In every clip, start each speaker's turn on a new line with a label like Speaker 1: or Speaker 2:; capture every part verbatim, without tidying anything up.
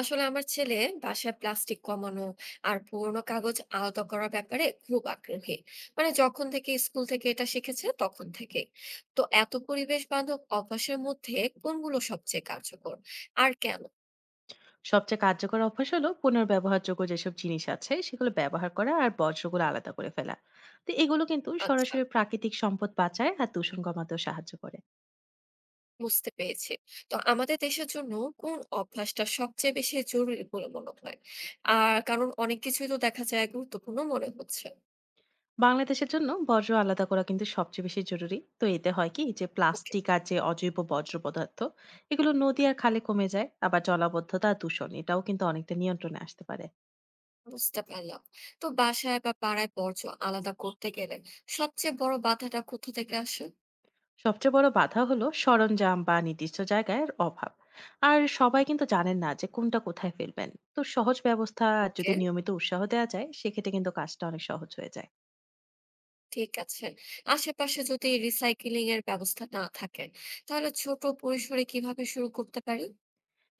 Speaker 1: আসলে আমার ছেলে বাসায় প্লাস্টিক কমানো আর পুরোনো কাগজ আলাদা করার ব্যাপারে খুব আগ্রহী। মানে যখন থেকে স্কুল থেকে এটা শিখেছে তখন থেকে। তো এত পরিবেশ বান্ধব অভ্যাসের মধ্যে কোনগুলো সবচেয়ে কার্যকর আর কেন?
Speaker 2: সবচেয়ে কার্যকর অভ্যাস হলো পুনর্ব্যবহারযোগ্য যেসব জিনিস আছে সেগুলো ব্যবহার করা আর বর্জ্যগুলো আলাদা করে ফেলা। তো এগুলো কিন্তু
Speaker 1: আচ্ছা,
Speaker 2: সরাসরি প্রাকৃতিক সম্পদ বাঁচায় আর দূষণ কমাতেও সাহায্য করে।
Speaker 1: বুঝতে পেরেছি। তো আমাদের দেশের জন্য কোন অভ্যাসটা সবচেয়ে বেশি জরুরি বলে মনে হয়? আর কারণ অনেক কিছুই তো দেখা যায় গুরুত্বপূর্ণ মনে হচ্ছে।
Speaker 2: বাংলাদেশের জন্য বর্জ্য আলাদা করা কিন্তু সবচেয়ে বেশি জরুরি। তো এতে হয় কি যে প্লাস্টিক আর যে অজৈব বর্জ্য পদার্থ এগুলো নদী আর খালে কমে যায়, আবার জলাবদ্ধতা আর দূষণ এটাও কিন্তু অনেকটা নিয়ন্ত্রণে আসতে পারে।
Speaker 1: বুঝতে পারলাম। তো বাসায় বা পাড়ায় বর্জ্য আলাদা করতে গেলে সবচেয়ে বড় বাধাটা কোথা থেকে আসে?
Speaker 2: সবচেয়ে বড় বাধা হলো সরঞ্জাম বা নির্দিষ্ট জায়গার অভাব, আর সবাই কিন্তু জানেন না যে কোনটা কোথায় ফেলবেন। তো সহজ ব্যবস্থা আর যদি
Speaker 1: ওকে,
Speaker 2: নিয়মিত উৎসাহ দেওয়া যায় সেক্ষেত্রে কিন্তু কাজটা অনেক সহজ হয়ে যায়।
Speaker 1: ঠিক আছে। আশেপাশে যদি রিসাইকেলিং এর ব্যবস্থা না থাকে, তাহলে ছোট পরিসরে কিভাবে শুরু করতে পারি?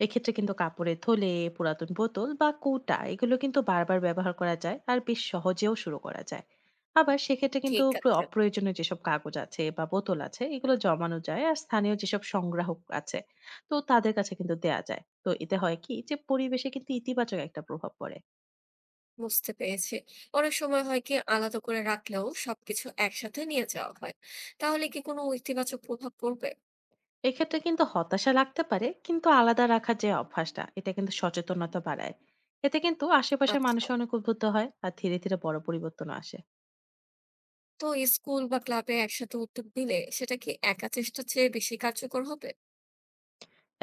Speaker 2: এক্ষেত্রে কিন্তু কাপড়ের থলে, পুরাতন বোতল বা কৌটা এগুলো কিন্তু বারবার ব্যবহার করা যায় আর বেশ সহজেও শুরু করা যায়। আবার সেক্ষেত্রে কিন্তু
Speaker 1: ঠিক
Speaker 2: প্র-
Speaker 1: আছে,
Speaker 2: অপ্রয়োজনীয় যেসব কাগজ আছে বা বোতল আছে এগুলো জমানো যায় আর স্থানীয় যেসব সংগ্রাহক আছে তো তাদের কাছে কিন্তু দেয়া যায়। তো এতে হয় কি যে পরিবেশে কিন্তু ইতিবাচক একটা প্রভাব পড়ে।
Speaker 1: বুঝতে পেরেছি। অনেক সময় হয় কি আলাদা করে রাখলেও সবকিছু একসাথে নিয়ে যাওয়া হয়। তাহলে কি কোনো ইতিবাচক প্রভাব পড়বে?
Speaker 2: এক্ষেত্রে কিন্তু হতাশা লাগতে পারে, কিন্তু আলাদা রাখার যে অভ্যাসটা এটা কিন্তু সচেতনতা বাড়ায়। এতে কিন্তু আশেপাশের মানুষ
Speaker 1: আচ্ছা,
Speaker 2: অনেক উদ্বুদ্ধ হয় আর ধীরে ধীরে বড় পরিবর্তন আসে।
Speaker 1: তো স্কুল বা ক্লাবে একসাথে উদ্যোগ নিলে সেটা কি একা চেষ্টার চেয়ে বেশি কার্যকর হবে?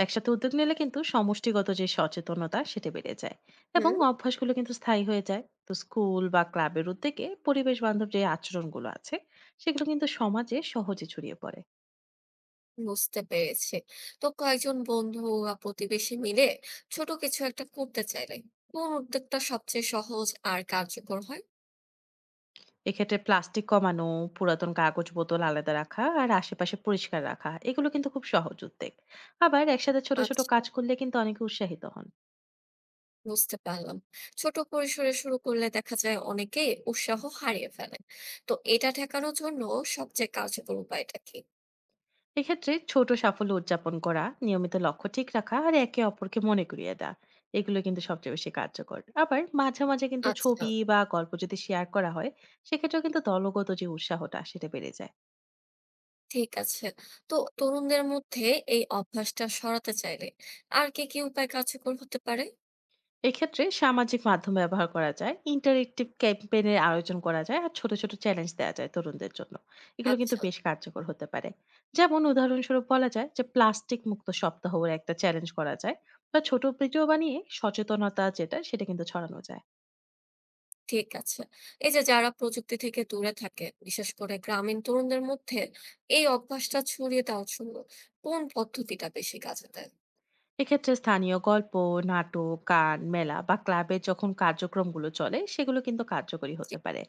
Speaker 2: একসাথে উদ্যোগ নিলে কিন্তু সমষ্টিগত যে সচেতনতা সেটা বেড়ে যায় এবং
Speaker 1: হুম।
Speaker 2: অভ্যাসগুলো কিন্তু স্থায়ী হয়ে যায়। তো স্কুল বা ক্লাবের উদ্যোগে পরিবেশ বান্ধব যে আচরণগুলো আছে সেগুলো কিন্তু সমাজে সহজে ছড়িয়ে পড়ে।
Speaker 1: বুঝতে পেরেছি। তো কয়েকজন বন্ধু বা প্রতিবেশী মিলে ছোট কিছু একটা করতে চাইলে কোন উদ্যোগটা সবচেয়ে সহজ আর কার্যকর হয়?
Speaker 2: এক্ষেত্রে প্লাস্টিক কমানো, পুরাতন কাগজ বোতল আলাদা রাখা আর আশেপাশে পরিষ্কার রাখা এগুলো কিন্তু খুব সহজ উদ্যোগ। আবার একসাথে ছোট ছোট
Speaker 1: আচ্ছা,
Speaker 2: কাজ করলে কিন্তু অনেকে উৎসাহিত হন।
Speaker 1: বুঝতে পারলাম। ছোট পরিসরে শুরু করলে দেখা যায় অনেকেই উৎসাহ হারিয়ে ফেলে। তো এটা ঠেকানোর জন্য সবচেয়ে কার্যকর উপায়টা কি?
Speaker 2: এক্ষেত্রে ছোট সাফল্য উদযাপন করা, নিয়মিত লক্ষ্য ঠিক রাখা আর একে অপরকে মনে করিয়ে দেওয়া এগুলো কিন্তু সবচেয়ে বেশি কার্যকর। আবার মাঝে মাঝে কিন্তু
Speaker 1: আচ্ছা,
Speaker 2: ছবি বা গল্প যদি শেয়ার করা হয় সেক্ষেত্রেও কিন্তু দলগত যে উৎসাহটা সেটা বেড়ে যায়।
Speaker 1: ঠিক আছে। তো তরুণদের মধ্যে এই অভ্যাসটা সরাতে চাইলে আর কি কি উপায় কার্যকর হতে পারে?
Speaker 2: এক্ষেত্রে সামাজিক মাধ্যম ব্যবহার করা যায়, ইন্টারেক্টিভ ক্যাম্পেইনের আয়োজন করা যায় আর ছোট ছোট চ্যালেঞ্জ দেওয়া যায় তরুণদের জন্য। এগুলো কিন্তু
Speaker 1: আচ্ছা।
Speaker 2: বেশ কার্যকর হতে পারে। যেমন উদাহরণস্বরূপ বলা যায় যে প্লাস্টিক মুক্ত সপ্তাহ বলে একটা চ্যালেঞ্জ করা যায়, বা ছোট ভিডিও বানিয়ে সচেতনতা যেটা সেটা কিন্তু ছড়ানো যায়।
Speaker 1: ঠিক আছে। এই যে যারা প্রযুক্তি থেকে দূরে থাকে, বিশেষ করে গ্রামীণ তরুণদের মধ্যে এই অভ্যাসটা ছড়িয়ে দেওয়ার জন্য কোন পদ্ধতিটা বেশি কাজে দেয়?
Speaker 2: এক্ষেত্রে স্থানীয় গল্প, নাটক, গান, মেলা বা ক্লাবের যখন কার্যক্রমগুলো চলে সেগুলো কিন্তু কার্যকরী
Speaker 1: জি।
Speaker 2: হতে পারে।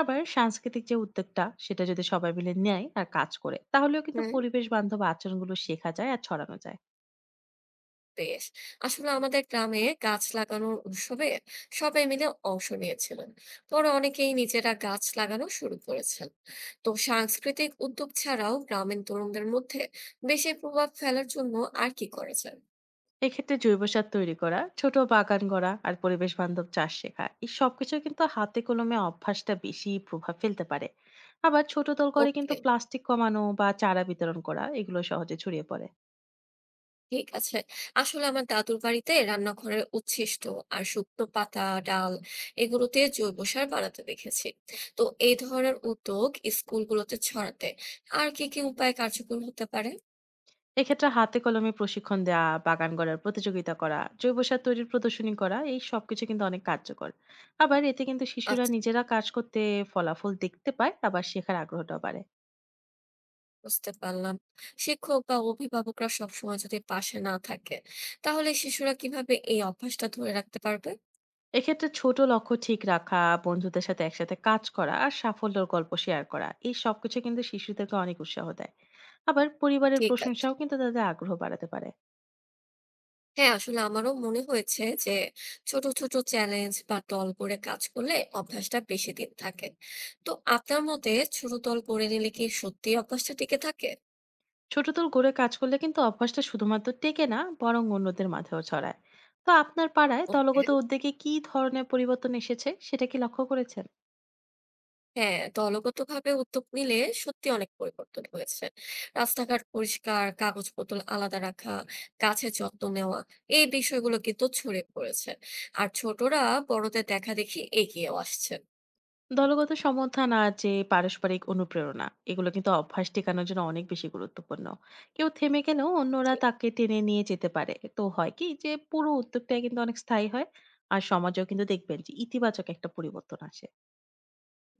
Speaker 2: আবার সাংস্কৃতিক যে উদ্যোগটা সেটা যদি সবাই মিলে নেয় আর কাজ করে তাহলেও কিন্তু
Speaker 1: হুম,
Speaker 2: পরিবেশ বান্ধব আচরণগুলো শেখা যায় আর ছড়ানো যায়।
Speaker 1: বেশ। আসলে আমাদের গ্রামে গাছ লাগানোর উৎসবে সবাই মিলে অংশ নিয়েছিলেন। পরে অনেকেই নিজেরা গাছ লাগানো শুরু করেছেন। তো সাংস্কৃতিক উদ্যোগ ছাড়াও গ্রামীণ তরুণদের মধ্যে বেশি প্রভাব ফেলার জন্য আর কি করা যায়?
Speaker 2: এক্ষেত্রে জৈব সার তৈরি করা, ছোট বাগান গড়া আর পরিবেশ বান্ধব চাষ শেখা এই সবকিছু কিন্তু হাতে কলমে অভ্যাসটা বেশি প্রভাব ফেলতে পারে। আবার ছোট দল করে কিন্তু
Speaker 1: ওকে।
Speaker 2: প্লাস্টিক কমানো বা চারা বিতরণ করা এগুলো সহজে ছড়িয়ে পড়ে।
Speaker 1: ঠিক আছে। আসলে আমার দাদুর বাড়িতে রান্নাঘরের উচ্ছিষ্ট আর শুকনো পাতা, ডাল এগুলো দিয়ে জৈব সার বানাতে দেখেছি। তো এই ধরনের উদ্যোগ স্কুলগুলোতে ছড়াতে আর কি, কি উপায় কার্যকর হতে পারে?
Speaker 2: এক্ষেত্রে হাতে কলমে প্রশিক্ষণ দেওয়া, বাগান গড়ার প্রতিযোগিতা করা, জৈব সার তৈরির প্রদর্শনী করা এই সবকিছু কিন্তু অনেক কার্যকর। আবার এতে কিন্তু শিশুরা
Speaker 1: আচ্ছা,
Speaker 2: নিজেরা কাজ করতে ফলাফল দেখতে পায়, আবার শেখার আগ্রহটাও বাড়ে।
Speaker 1: বুঝতে পারলাম। শিক্ষক বা অভিভাবকরা সবসময় যদি পাশে না থাকে, তাহলে শিশুরা কিভাবে এই অভ্যাসটা ধরে রাখতে পারবে?
Speaker 2: এক্ষেত্রে ছোট লক্ষ্য ঠিক রাখা, বন্ধুদের সাথে একসাথে কাজ করা আর সাফল্যের গল্প শেয়ার করা এই সবকিছু কিন্তু শিশুদেরকে অনেক উৎসাহ দেয়। আবার পরিবারের
Speaker 1: ঠিক আছে।
Speaker 2: প্রশংসাও কিন্তু তাদের আগ্রহ বাড়াতে পারে।
Speaker 1: হ্যাঁ আসলে আমারও মনে হয়েছে যে ছোট ছোট চ্যালেঞ্জ বা দল করে কাজ করলে অভ্যাসটা বেশি দিন থাকে। তো আপনার মতে ছোট দল করে নিলে কি সত্যি অভ্যাসটা টিকে থাকে?
Speaker 2: ছোট দল গড়ে কাজ করলে কিন্তু অভ্যাসটা শুধুমাত্র টেকে না, বরং অন্যদের মাঝেও ছড়ায়। তো আপনার পাড়ায়
Speaker 1: ওকে।
Speaker 2: দলগত উদ্যোগে কি ধরনের পরিবর্তন এসেছে সেটা কি লক্ষ্য করেছেন?
Speaker 1: হ্যাঁ, দলগত ভাবে উদ্যোগ নিলে সত্যি অনেক পরিবর্তন হয়েছে। রাস্তাঘাট পরিষ্কার, কাগজ বোতল আলাদা রাখা, গাছের যত্ন নেওয়া, এই বিষয়গুলো কিন্তু ছড়িয়ে পড়েছে। আর ছোটরা বড়দের দেখা দেখি এগিয়েও আসছে।
Speaker 2: দলগত সমর্থন আর যে পারস্পরিক অনুপ্রেরণা এগুলো কিন্তু অভ্যাস টেকানোর জন্য অনেক বেশি গুরুত্বপূর্ণ। কেউ থেমে গেলেও অন্যরা তাকে টেনে নিয়ে যেতে পারে। তো হয় কি যে পুরো উদ্যোগটা কিন্তু অনেক স্থায়ী হয় আর সমাজেও কিন্তু দেখবেন যে ইতিবাচক একটা পরিবর্তন আসে।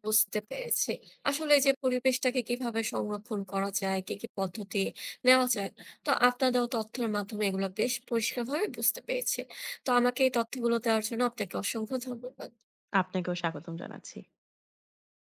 Speaker 1: বুঝতে পেরেছি। আসলে এই যে পরিবেশটাকে কিভাবে সংরক্ষণ করা যায়, কি, কি পদ্ধতি নেওয়া যায়। তো আপনার দেওয়া তথ্যের মাধ্যমে এগুলো বেশ পরিষ্কারভাবে বুঝতে পেরেছি। তো আমাকে এই তথ্যগুলো দেওয়ার জন্য আপনাকে অসংখ্য ধন্যবাদ।
Speaker 2: আপনাকেও স্বাগতম জানাচ্ছি।